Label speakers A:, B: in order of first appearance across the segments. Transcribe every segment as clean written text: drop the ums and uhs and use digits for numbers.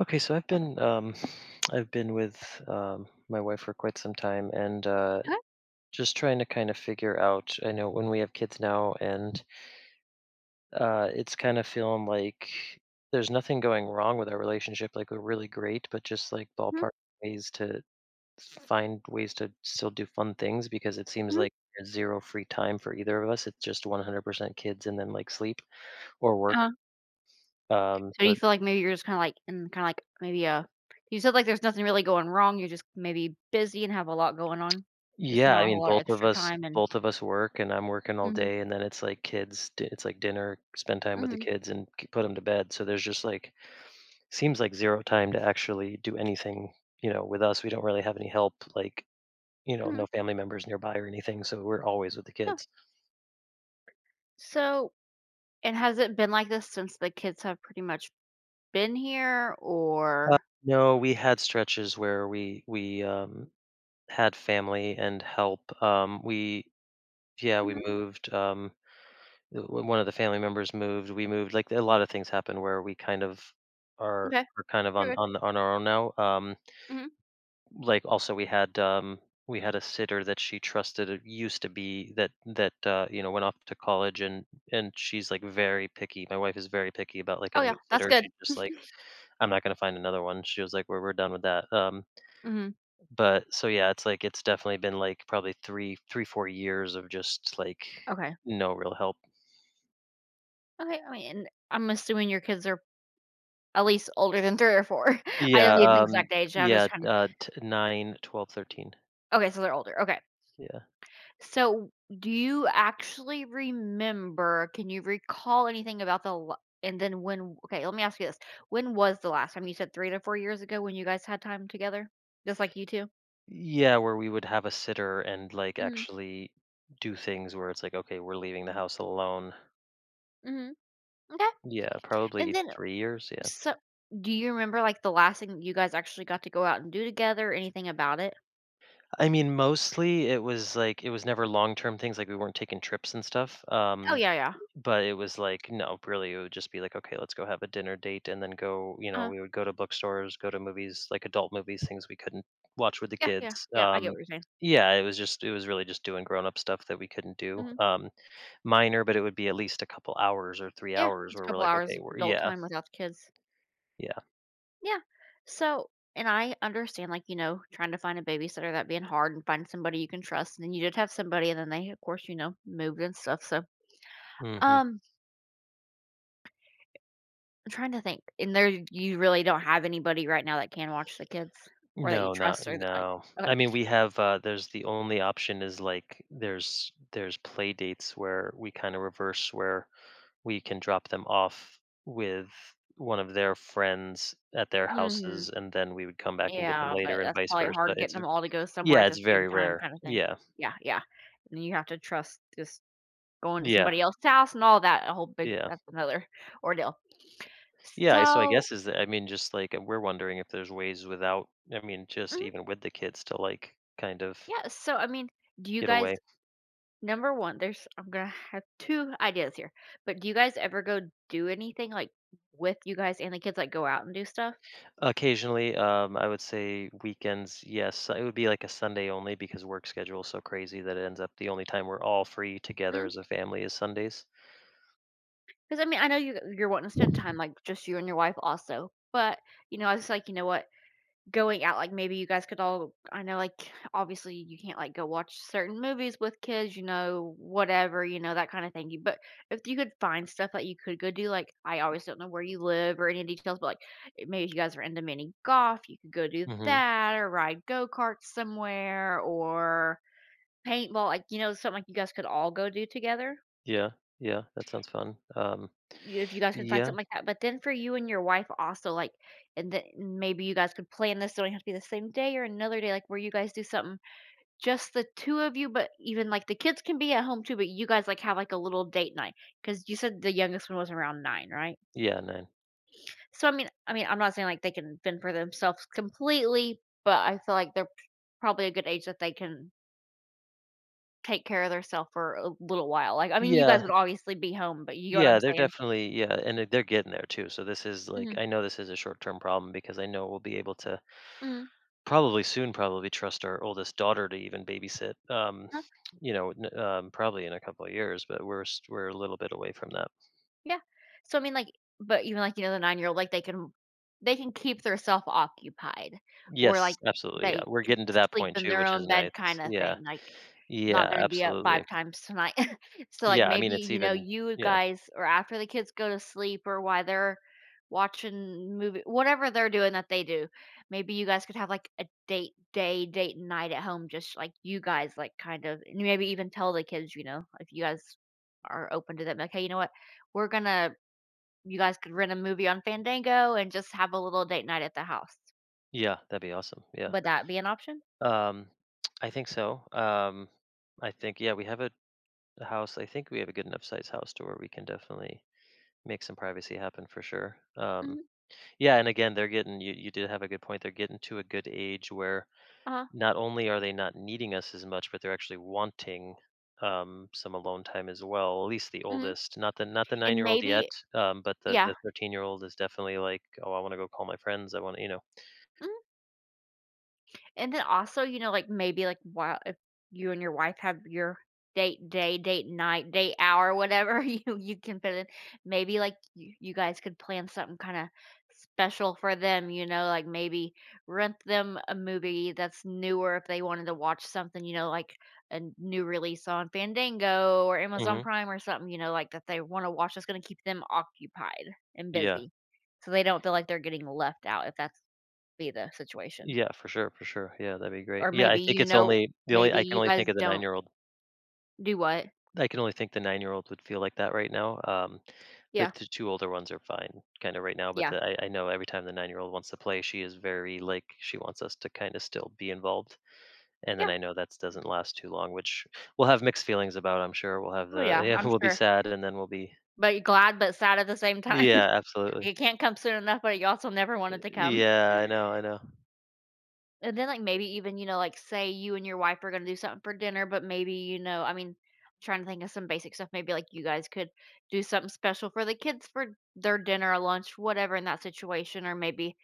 A: Okay, so I've been I've been with my wife for quite some time, and
B: Okay,
A: just trying to kind of figure out. I know when we have kids now, and it's kind of feeling like there's nothing going wrong with our relationship. Like we're really great, but just like
B: mhm,
A: ballpark ways to find ways to still do fun things because it seems
B: mhm.
A: like there's zero free time for either of us. It's just 100% kids and then like sleep or work.
B: Uh,
A: Um,
B: so
A: so
B: you feel like maybe you're just kinda like in kinda like maybe, you said, like, there's nothing really going wrong, you're just maybe busy and have a lot going on. Just
A: Yeah,
B: not
A: I
B: a
A: mean,
B: whole lot of
A: both of
B: extra
A: us
B: time and
A: both of us work, and I'm working all
B: mhm,
A: day, and then it's like kids. It's like dinner, spend time with the
B: mhm,
A: kids, and put them to bed. So there's just like seems like zero time to actually do anything. You know, with us, we don't really have any help. Like you know, no
B: mhm,
A: family members nearby or anything. So we're always with the
B: yeah.
A: kids.
B: So, and has it been like this since the kids have pretty much been here
A: Uh,
B: or
A: no, we had stretches where we had family and help. We yeah, we
B: mhm,
A: moved. When one of the family members moved, we moved. Like a lot of things happen where we kind of are
B: okay,
A: are kind of
B: you're
A: on
B: good,
A: on on our own now.
B: mhm.
A: Like also we had we had a sitter that she trusted, it used to be that you know, went off to college, and she's like very picky. My wife is very picky about like a
B: Oh,
A: new
B: yeah, that's
A: sitter.
B: good.
A: She just like I'm not gonna find another one. She was like we're done with that.
B: Mhm,
A: But so yeah, it's like it's definitely been like probably three three four years of just like
B: okay.
A: no real help.
B: Okay, I mean, and I'm assuming your kids are at least older than 3 or 4. I don't
A: Yeah,
B: need an exact age, I'm
A: yeah,
B: just kinda.
A: t 9, 12, 13.
B: Okay, so they're older, okay.
A: Yeah.
B: So, do you actually remember, can you recall anything about the la and then when okay, let me ask you this. When was the last time? You said 3 to 4 years ago when you guys had time together? Just like you 2?
A: Yeah, where we would have a sitter and, like,
B: Mhm,
A: actually do things where it's like, "Okay, we're leaving the house alone."
B: mhm, m'kay.
A: Yeah,
B: And
A: probably
B: then
A: 3 years, yeah.
B: so do you remember, like, the last thing you guys actually got to go out and do together? Anything about it?
A: I mean, mostly it was like it was never long-term things, like, we weren't taking trips and stuff,
B: Oh, yeah, yeah.
A: but it was like no, really, it would just be like, "Okay, let's go have a dinner date," and then go you know,
B: uh
A: we would go to bookstores, go to movies, like, adult movies, things we couldn't watch with the
B: Yeah, yeah,
A: kids,
B: yeah, I get what you're saying.
A: Yeah, it was just it was really just doing grown-up stuff that we couldn't do,
B: Mhm.
A: minor, but it would be at least a couple hours or 3
B: Yeah,
A: hours
B: it's a
A: where we're
B: couple
A: like,
B: hours
A: "Okay,
B: of
A: we're"
B: adult
A: Yeah,
B: time without the kids.
A: yeah.
B: Yeah. So, and I understand, like, you know, trying to find a babysitter, that being hard and find somebody you can trust. And then you did have somebody, and then they, of course, you know, moved and stuff. So,
A: Mhm.
B: um, I'm trying to think. And there, you really don't have anybody right now that can watch the kids or that you
A: No, not
B: trust or that, like,
A: no.
B: okay.
A: I mean, we have there's the only option is like there's play dates where we kind of reverse where we can drop them off with one of their friends at their
B: Hmm.
A: houses and then we would come back and get them
B: Yeah.
A: later
B: But
A: and
B: that's
A: vice
B: probably
A: versa.
B: hard getting them all to go somewhere
A: Yeah,
B: at
A: it's
B: the same
A: very
B: time,
A: rare.
B: kind of thing.
A: Yeah.
B: Yeah. Yeah. And you have to trust just going to
A: Yeah.
B: somebody else's house and all that. A whole big,
A: Yeah.
B: that's another ordeal.
A: Yeah, so I
B: So,
A: guess is that I mean just like we're wondering if there's ways without I mean just
B: mm,
A: even with the kids to like kind of
B: yeah, so I mean, do you
A: get
B: guys,
A: away.
B: number 1, there's I'm gonna have 2 ideas here, but do you guys ever go do anything, like, with you guys and the kids, like, go out and do stuff?
A: Occasionally, I would say weekends, yes. It would be like a Sunday only because work schedule is so crazy that it ends up the only time we're all free together
B: Because
A: as a family is Sundays.
B: I mean, I know you're wanting to spend time, like, just you and your wife also. But, you know, I was just like, "You know what? Going out, like, maybe you guys could all, I know, like, obviously you can't, like, go watch certain movies with kids, you know, whatever, you know, that kind of thing." You But if you could find stuff that you could go do, like, I always don't know where you live or any details, but, like, maybe if you guys are into mini golf, you could go do
A: Hmm.
B: that, or ride go karts somewhere, or paintball, like, you know, something like you guys could all go do together.
A: Yeah, yeah, that sounds fun.
B: You If you guys can find
A: Yeah,
B: something like that, but then for you and your wife also, like, and then maybe you guys could plan this, so it don't have to be the same day or another day, like, where you guys do something just the 2 of you. But even, like, the kids can be at home too, but you guys, like, have, like, a little date night, because you said the youngest one was around 9, right?
A: yeah, nine.
B: So, I mean, I'm not saying, like, they can fend for themselves completely, but I feel like they're probably a good age that they can take care of themselves for a little while, like, I mean, you guys
A: Yeah,
B: would obviously be home, but you know what
A: yeah,
B: I'm
A: they're
B: saying?
A: definitely yeah, and they're getting there too. So this is like
B: Mhm,
A: I know this is a short-term problem because I know we'll be able to
B: mhm.
A: probably soon probably trust our oldest daughter to even babysit. You know, probably in a couple of years, but we're a little bit away from that.
B: Yeah. So I mean, like, but even, like, you know, the 9-year old, like, they can keep themselves occupied, or
A: Yes,
B: like
A: absolutely, yeah,
B: they
A: we're
B: can
A: getting to that
B: sleep
A: point
B: in
A: too,
B: their
A: which is
B: own
A: nice.
B: bed kind of
A: Yeah.
B: thing. Like not
A: Yeah,
B: gonna be up
A: absolutely.
B: 5 times tonight. So, like,
A: Yeah, I mean,
B: maybe,
A: it's
B: you know,
A: even
B: you
A: yeah,
B: guys, or after the kids go to sleep or while they're watching movie whatever they're doing that they do, maybe you guys could have, like, a date day, date night at home, just, like, you guys, like, kind of. And maybe even tell the kids, you know, if you guys are open to that, like, "Hey, you know what? We're gonna." You guys could rent a movie on Fandango and just have a little date night at the house.
A: yeah, that'd be awesome, yeah.
B: Would that be an option?
A: Um, I think so, I think yeah, we have a house, I think we have a good enough sized house to where we can definitely make some privacy happen for sure,
B: Mhm,
A: yeah, and again, they're getting you you did have a good point, they're getting to a good age where
B: uh-huh,
A: not only are they not needing us as much, but they're actually wanting some alone time as well. At least the
B: mhm,
A: oldest, not the nine
B: and
A: year old yet,
B: maybe.
A: but the
B: Yeah.
A: the 13 year old is definitely like, oh, I want to go call my friends. I want to, you know.
B: Mhm. And then also, you know, like, maybe, like, while if you and your wife have your date day, date night, date hour, whatever you can fit in, maybe, like, you guys could plan something kinda special for them, you know, like, maybe rent them a movie that's newer if they wanted to watch something, you know, like a new release on Fandango or Amazon
A: Hmm.
B: Prime or something, you know, like, that they wanna watch that's gonna keep them occupied and
A: Yeah,
B: busy, so they don't feel like they're getting left out, if that's be the situation.
A: yeah, for sure, for sure. Yeah, that'd be great.
B: Or
A: Yeah, I
B: maybe,
A: think
B: you
A: it's
B: know,
A: only the only
B: maybe
A: I can
B: you
A: only think
B: guys
A: of the nine
B: don't
A: year old.
B: do what?
A: I can only think the 9 year old would feel like that right now. The,
B: Yeah.
A: the two older ones are fine, kind of right now. But
B: Yeah.
A: the, I know every time the 9 year old wants to play, she is very like she wants us to kind of still be involved. And then
B: Yeah.
A: I know that doesn't last too long, which we'll have mixed feelings about, I'm sure. We'll have
B: Oh,
A: the
B: yeah,
A: yeah,
B: I'm
A: we'll be
B: sure.
A: sad and then we'll be
B: But you're glad, but sad at the same time.
A: Yeah, absolutely.
B: It can't come soon enough, but you also never wanted to come.
A: Yeah, I know, I know.
B: And then, like, maybe even, you know, like, say you and your wife are gonna do something for dinner, but maybe, you know, I mean, I'm trying to think of some basic stuff. Maybe, like, you guys could do something special for the kids for their dinner or lunch, whatever in that situation, or maybe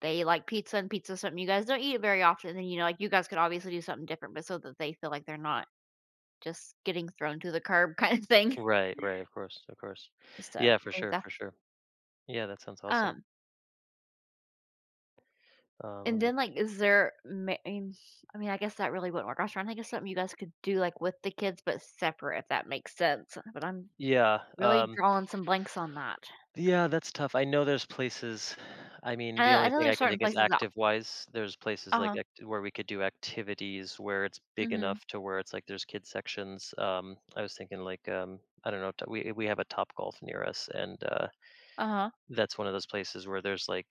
B: they like pizza, and pizza something you guys don't eat very often, then you know, like, you guys could obviously do something different, but so that they feel like they're not just getting thrown to the curb kind of thing.
A: Right, right, of course, of course.
B: So, I
A: Yeah, for
B: think
A: sure, for
B: that's
A: sure. Yeah, that sounds awesome.
B: um,
A: Let
B: and
A: me
B: then, like, is there ma I mean, I guess that really wouldn't work. I was trying to think of something you guys could do, like, with the kids, but separate, if that makes sense, but I'm
A: Yeah,
B: really drawing some blanks on that.
A: Yeah, that's tough. I know there's places I mean, the
B: I
A: only
B: know
A: thing I
B: there's
A: can think
B: certain
A: is
B: places that.
A: active-wise. There's places like
B: Uh-huh.
A: act where we could do activities where it's big
B: Mhm.
A: enough to where it's like there's kid sections. I was thinking like, I don't know, t we have a Top Golf near us, and,
B: Uh-huh.
A: that's one of those places where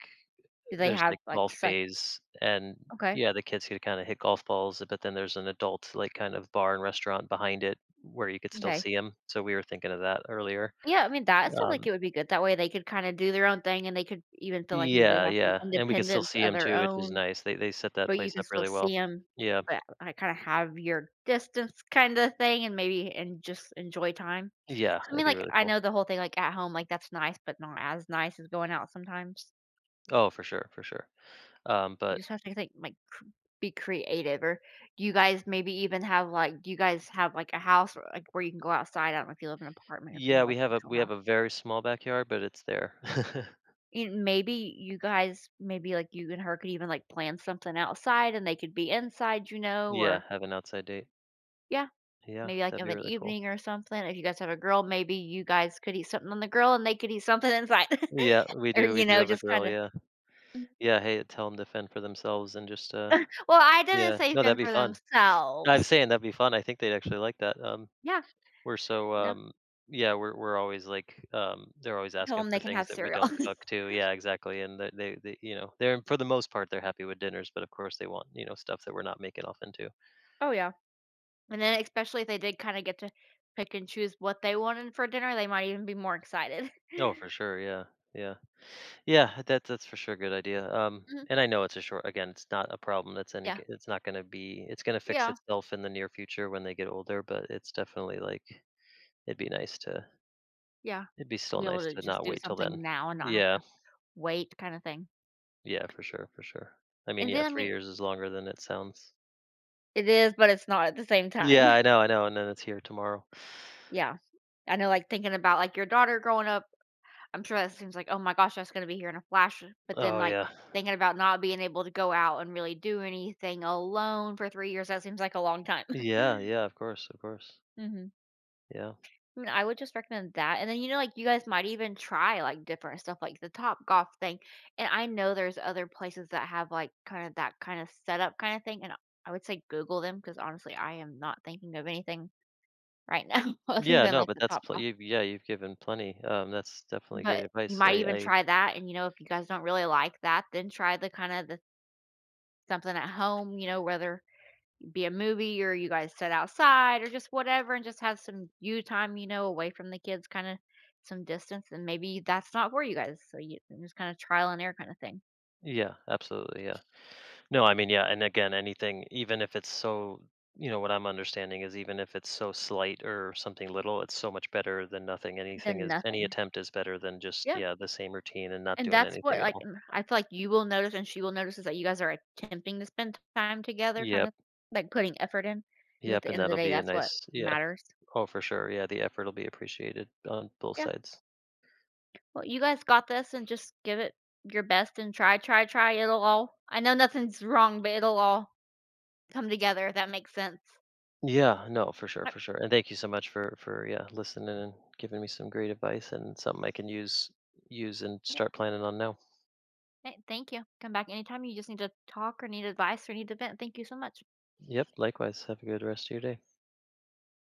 B: Do they
A: there's
B: have,
A: like
B: like,
A: golf
B: sex?
A: bays and
B: Okay.
A: yeah, the kids could kinda hit golf balls, but then there's an adult, like, kind of bar and restaurant behind it where you could still
B: Okay.
A: see them. So we were thinking of that earlier.
B: Yeah, I mean, that sounds
A: Um
B: like it would be good. That way they could kinda do their own thing, and they could even feel like maybe they
A: Yeah,
B: have some
A: yeah, and we could still
B: independence
A: see
B: of
A: them
B: their
A: too, which is
B: own.
A: nice. They set that
B: But you
A: place
B: can
A: up
B: still
A: really
B: see
A: well.
B: them.
A: Yeah,
B: But I kinda have your distance kinda thing and maybe and just enjoy time. 'Cause
A: yeah,
B: I
A: it'd
B: mean,
A: be
B: like,
A: really
B: I
A: cool.
B: know the whole thing, like, at home, like, that's nice, but not as nice as going out sometimes.
A: Oh, for sure, for sure. Um,
B: You
A: but
B: just have to think, like, cr be creative. Or do you guys maybe even have, like, do you guys have, like, a house or, like, where you can go outside? I don't know if you live in an apartment or if you
A: yeah,
B: have, like, an actual
A: we have
B: house.
A: a very small backyard, but it's there.
B: And maybe you guys, maybe, like, you and her could even, like, plan something outside and they could be inside, you know,
A: Yeah,
B: or
A: have an outside date.
B: yeah.
A: Yeah,
B: Maybe like
A: that'd
B: of
A: be
B: an
A: really cool.
B: evening or something. If you guys have a grill, maybe you guys could eat something on the grill and they could eat something inside.
A: Yeah,
B: or,
A: we
B: you
A: do
B: know,
A: have a
B: just
A: grill,
B: kinda.
A: yeah.
B: Mhm.
A: Yeah, hey, tell them to fend for themselves and just,
B: Well, I didn't
A: yeah.
B: say
A: No, that'd
B: even
A: be
B: for
A: fun. I'm
B: themselves.
A: saying that'd be fun. I think they'd actually like that,
B: Yeah,
A: We're so,
B: no,
A: yeah, we're always like, they're always
B: tell
A: asking
B: them
A: for
B: they can
A: things
B: have
A: that we
B: cereal.
A: don't cook too. Yeah, exactly, and they you know, they're for the most part, they're happy with dinners, but of course they want, you know, stuff that we're not making often too.
B: Oh, yeah. And then especially if they did kinda get to pick and choose what they wanted for dinner, they might even be more excited.
A: Oh, for sure, yeah, yeah. Yeah, that's for sure a good idea,
B: Mhm.
A: and I know it's a short again, it's not a problem that's any
B: Yeah.
A: g it's not gonna be it's gonna fix
B: Yeah.
A: itself in the near future when they get older, but it's definitely like it'd be nice to
B: Yeah.
A: it'd be still
B: Be able
A: nice
B: to
A: to
B: just
A: not
B: do
A: wait till
B: something
A: then.
B: now and not have
A: Yeah.
B: to wait kinda thing.
A: Yeah, for sure, for sure. I mean,
B: And
A: yeah,
B: then, I
A: 3
B: mean,
A: years is longer than it sounds.
B: it is, but it's not at the same
A: Yeah,
B: time.
A: I know, and then it's here tomorrow.
B: Yeah. I know, like, thinking about, like, your daughter growing up, I'm sure that seems like, "Oh my gosh, that's gonna be here in a flash," but then,
A: Oh,
B: like,
A: yeah.
B: thinking about not being able to go out and really do anything alone for 3 years, that seems like a long time.
A: Yeah, yeah, of course, of course.
B: Mhm.
A: Yeah.
B: Mm, I would just recommend that, and then, you know, like, you guys might even try, like, different stuff, like the Top Golf thing, and I know there's other places that have, like, kind of that kind of setup kinda thing, and I would say Google them because honestly, I am not thinking of anything right now other
A: Yeah,
B: than,
A: no,
B: like,
A: but
B: the
A: that's
B: Top
A: pl
B: Golf.
A: you've yeah, you've given plenty, that's definitely great
B: But you
A: advice.
B: might even
A: I
B: try that, and, you know, if you guys don't really like that, then try the kinda the something at home, you know, whether it be a movie or you guys sit outside or just whatever and just have some you time, you know, away from the kids, kinda some distance, and maybe that's not for you guys, so you just kinda trial and error kinda thing,
A: yeah, absolutely, yeah. No, I mean, yeah, and again, anything even if it's so you know, what I'm understanding is even if it's so slight or something little, it's so much better than nothing. Anything
B: then
A: is any
B: nothing.
A: attempt is better than just,
B: Yeah,
A: yeah, the same routine and not
B: and
A: doing
B: that's
A: anything
B: what,
A: at
B: like,
A: all.
B: mm, I feel like you will notice and she will notice is that you guys are attempting to spend time together,
A: Yeah.
B: kind of, like, putting effort in, 'cause at
A: Yep,
B: the
A: and
B: end of the
A: that'll
B: day,
A: be a
B: that's what
A: nice yeah.
B: matters.
A: Oh, for sure. Yeah, the effort will be appreciated on both
B: Yeah.
A: sides.
B: Well, you guys got this and just give it your best and try, try, try. It'll all, I know nothing's wrong, but it'll all come together if that makes sense.
A: Yeah, no, for sure,
B: Yep.
A: for sure. And thank you so much for yeah, listening and giving me some great advice and something I can use and
B: Yep.
A: start planning on now.
B: Hey, thank you. Come back anytime you just need to talk or need advice or need to vent. Thank you so much.
A: Yep, likewise. Have a good rest of your day.